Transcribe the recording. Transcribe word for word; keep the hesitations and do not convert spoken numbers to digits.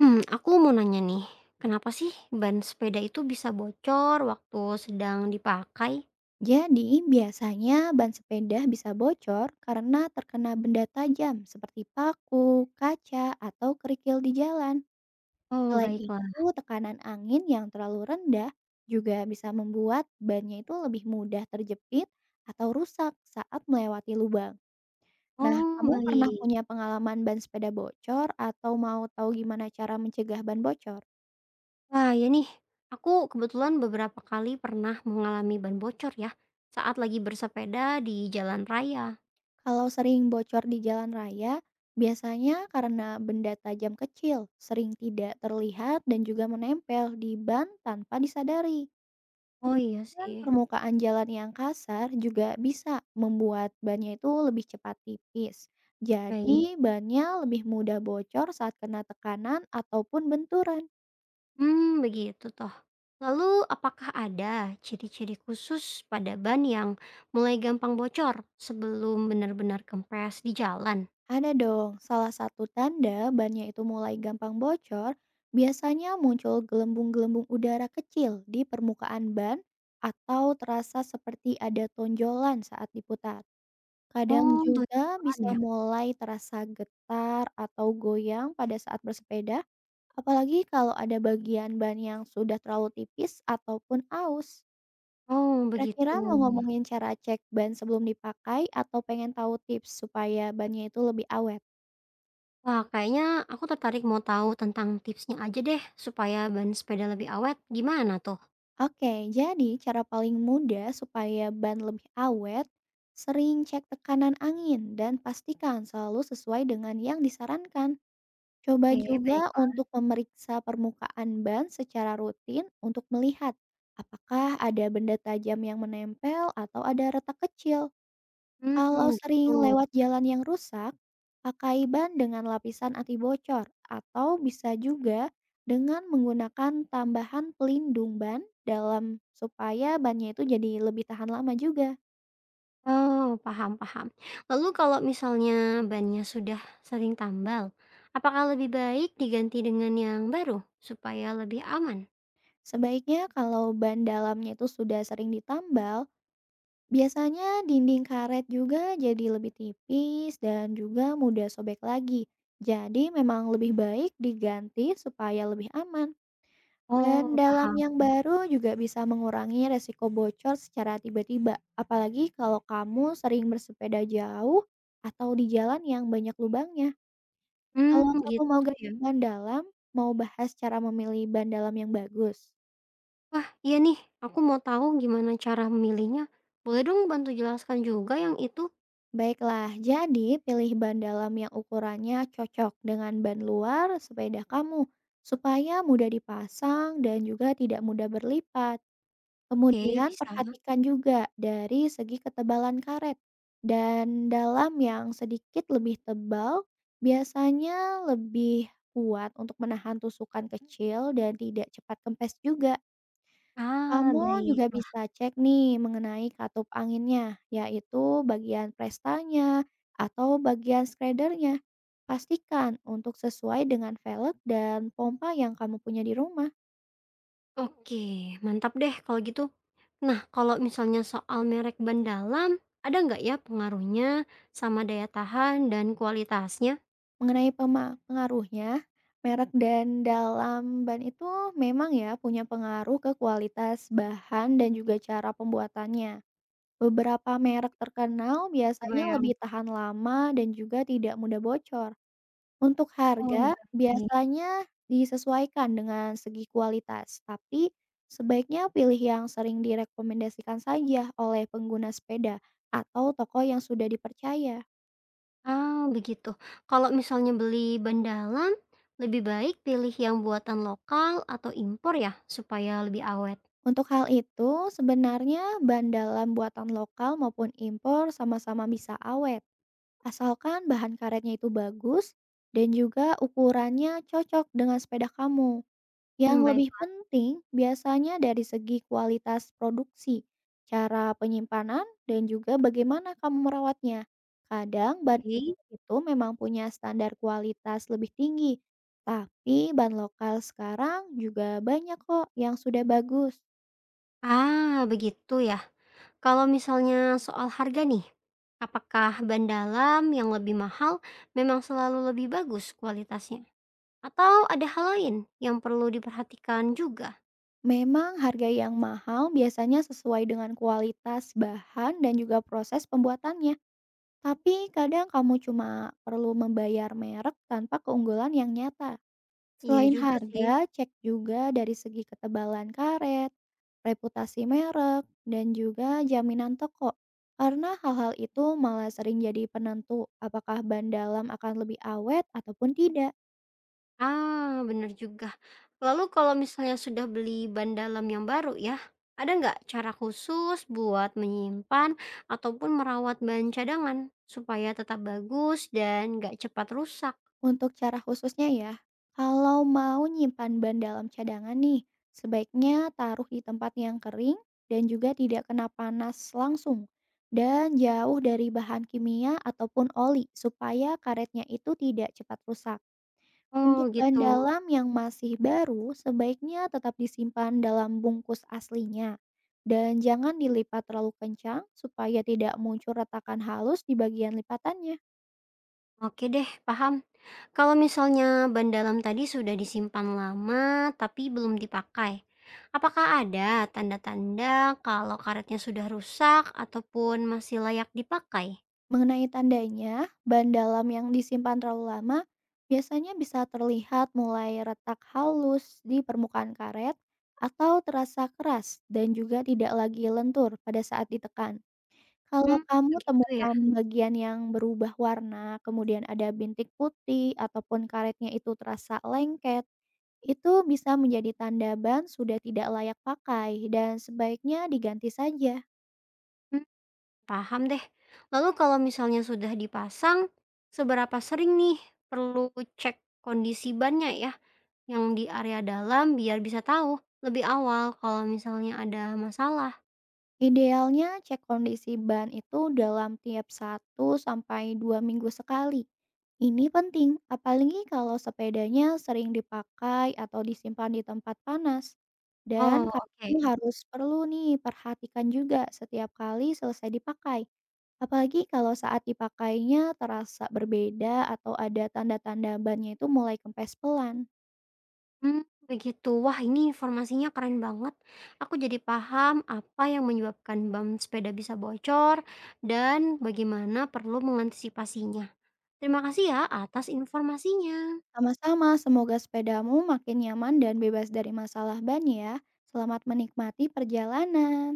Hmm, aku mau nanya nih, kenapa sih ban sepeda itu bisa bocor waktu sedang dipakai? Jadi, biasanya ban sepeda bisa bocor karena terkena benda tajam seperti paku, kaca, atau kerikil di jalan. Oh, Selain baiklah. itu, tekanan angin yang terlalu rendah juga bisa membuat bannya itu lebih mudah terjepit atau rusak saat melewati lubang. Nah, Oh, kamu pernah baik. punya pengalaman ban sepeda bocor atau mau tahu gimana cara mencegah ban bocor? Wah, ya nih, aku kebetulan beberapa kali pernah mengalami ban bocor ya, saat lagi bersepeda di jalan raya. Kalau sering bocor di jalan raya, biasanya karena benda tajam kecil, sering tidak terlihat dan juga menempel di ban tanpa disadari. Oh iya Dan sih, permukaan jalan yang kasar juga bisa membuat bannya itu lebih cepat tipis. baik. Jadi bannya lebih mudah bocor saat kena tekanan ataupun benturan. Hmm, begitu toh. Lalu, apakah ada ciri-ciri khusus pada ban yang mulai gampang bocor sebelum benar-benar kempes di jalan? Ada dong, salah satu tanda bannya itu mulai gampang bocor, biasanya muncul gelembung-gelembung udara kecil di permukaan ban atau terasa seperti ada tonjolan saat diputar. Kadang Oh, tuh juga jalan bisa ya. mulai terasa getar atau goyang pada saat bersepeda, apalagi kalau ada bagian ban yang sudah terlalu tipis ataupun aus. Oh, Kira-kira begitu. mau ngomongin cara cek ban sebelum dipakai atau pengen tahu tips supaya bannya itu lebih awet? Wah, kayaknya aku tertarik mau tahu tentang tipsnya aja deh, supaya ban sepeda lebih awet, gimana tuh? Oke, jadi cara paling mudah supaya ban lebih awet, sering cek tekanan angin dan pastikan selalu sesuai dengan yang disarankan. Coba Oke, juga baiklah. untuk memeriksa permukaan ban secara rutin untuk melihat apakah ada benda tajam yang menempel atau ada retak kecil. Hmm Kalau sering gitu. lewat jalan yang rusak, pakai ban dengan lapisan anti bocor atau bisa juga dengan menggunakan tambahan pelindung ban dalam supaya bannya itu jadi lebih tahan lama juga. Oh, paham paham. Lalu kalau misalnya bannya sudah sering tambal, apakah lebih baik diganti dengan yang baru, supaya lebih aman? Sebaiknya kalau ban dalamnya itu sudah sering ditambal, biasanya dinding karet juga jadi lebih tipis dan juga mudah sobek lagi. Jadi memang lebih baik diganti supaya lebih aman. Ban Oh, dalam paham. yang baru juga bisa mengurangi resiko bocor secara tiba-tiba, apalagi kalau kamu sering bersepeda jauh atau di jalan yang banyak lubangnya. Hmm Kalau kamu mau gitu ya. ganti ban dalam, mau bahas cara memilih ban dalam yang bagus. Wah, iya nih, aku mau tahu gimana cara memilihnya. Boleh dong bantu jelaskan juga yang itu? Baiklah, jadi pilih ban dalam yang ukurannya cocok dengan ban luar sepeda kamu, supaya mudah dipasang dan juga tidak mudah berlipat. Oke, Kemudian bisa. perhatikan juga dari segi ketebalan karet dan dalam yang sedikit lebih tebal biasanya lebih kuat untuk menahan tusukan kecil dan tidak cepat kempes juga. Ah, Kamu juga baiklah. bisa cek nih mengenai katup anginnya, yaitu bagian prestanya atau bagian skrädernya. Pastikan untuk sesuai dengan velg dan pompa yang kamu punya di rumah. Oke, mantap deh kalau gitu. Nah, kalau misalnya soal merek ban dalam, ada nggak ya pengaruhnya sama daya tahan dan kualitasnya? Mengenai pema pengaruhnya, merek dan dalam ban itu memang ya punya pengaruh ke kualitas bahan dan juga cara pembuatannya. Beberapa merek terkenal biasanya Bayang. lebih tahan lama dan juga tidak mudah bocor. Untuk Oh, harga, baik. biasanya disesuaikan dengan segi kualitas, tapi sebaiknya pilih yang sering direkomendasikan saja oleh pengguna sepeda atau toko yang sudah dipercaya. Ah, begitu. Kalau misalnya beli ban dalam, lebih baik pilih yang buatan lokal atau impor ya, supaya lebih awet. Untuk hal itu, sebenarnya bahan dalam buatan lokal maupun impor sama-sama bisa awet, asalkan bahan karetnya itu bagus dan juga ukurannya cocok dengan sepeda kamu. Yang Hmm, baik. lebih penting biasanya dari segi kualitas produksi, cara penyimpanan, dan juga bagaimana kamu merawatnya. Kadang bahan impor itu memang punya standar kualitas lebih tinggi, tapi bahan lokal sekarang juga banyak kok yang sudah bagus. Ah, begitu ya. Kalau misalnya soal harga nih, apakah ban dalam yang lebih mahal memang selalu lebih bagus kualitasnya? Atau ada hal lain yang perlu diperhatikan juga? Memang harga yang mahal biasanya sesuai dengan kualitas bahan dan juga proses pembuatannya. Tapi kadang kamu cuma perlu membayar merek tanpa keunggulan yang nyata. Iya Selain juga sih. harga, cek juga dari segi ketebalan karet, reputasi merek, dan juga jaminan toko. Karena hal-hal itu malah sering jadi penentu apakah ban dalam akan lebih awet ataupun tidak. Ah, bener juga. Lalu kalau misalnya sudah beli ban dalam yang baru ya, ada nggak cara khusus buat menyimpan ataupun merawat ban cadangan supaya tetap bagus dan nggak cepat rusak? Untuk cara khususnya ya, kalau mau nyimpan ban dalam cadangan nih, sebaiknya taruh di tempat yang kering dan juga tidak kena panas langsung. Dan jauh dari bahan kimia ataupun oli supaya karetnya itu tidak cepat rusak. Oh Untuk ban gitu. dalam yang masih baru, sebaiknya tetap disimpan dalam bungkus aslinya. Dan jangan dilipat terlalu kencang supaya tidak muncul retakan halus di bagian lipatannya. Oke deh, paham. Kalau misalnya ban dalam tadi sudah disimpan lama tapi belum dipakai, apakah ada tanda-tanda kalau karetnya sudah rusak ataupun masih layak dipakai? Mengenai tandanya, bahan dalam yang disimpan terlalu lama biasanya bisa terlihat mulai retak halus di permukaan karet atau terasa keras dan juga tidak lagi lentur pada saat ditekan. Kalau Hmm, kamu begitu ya. temukan bagian yang berubah warna, kemudian ada bintik putih ataupun karetnya itu terasa lengket, itu bisa menjadi tanda ban sudah tidak layak pakai dan sebaiknya diganti saja. Hmm, paham deh. Lalu kalau misalnya sudah dipasang, seberapa sering nih perlu cek kondisi bannya ya yang di area dalam biar bisa tahu lebih awal kalau misalnya ada masalah. Idealnya cek kondisi ban itu dalam tiap satu sampai dua minggu sekali. Ini penting, apalagi kalau sepedanya sering dipakai atau disimpan di tempat panas. Dan Oh, kamu oke. harus perlu nih perhatikan juga setiap kali selesai dipakai. Apalagi kalau saat dipakainya terasa berbeda atau ada tanda-tanda bannya itu mulai kempes pelan. Mmm, begitu. Wah, ini informasinya keren banget. Aku jadi paham apa yang menyebabkan ban sepeda bisa bocor dan bagaimana perlu mengantisipasinya. Terima kasih ya atas informasinya. Sama-sama, semoga sepedamu makin nyaman dan bebas dari masalah ban ya. Selamat menikmati perjalanan.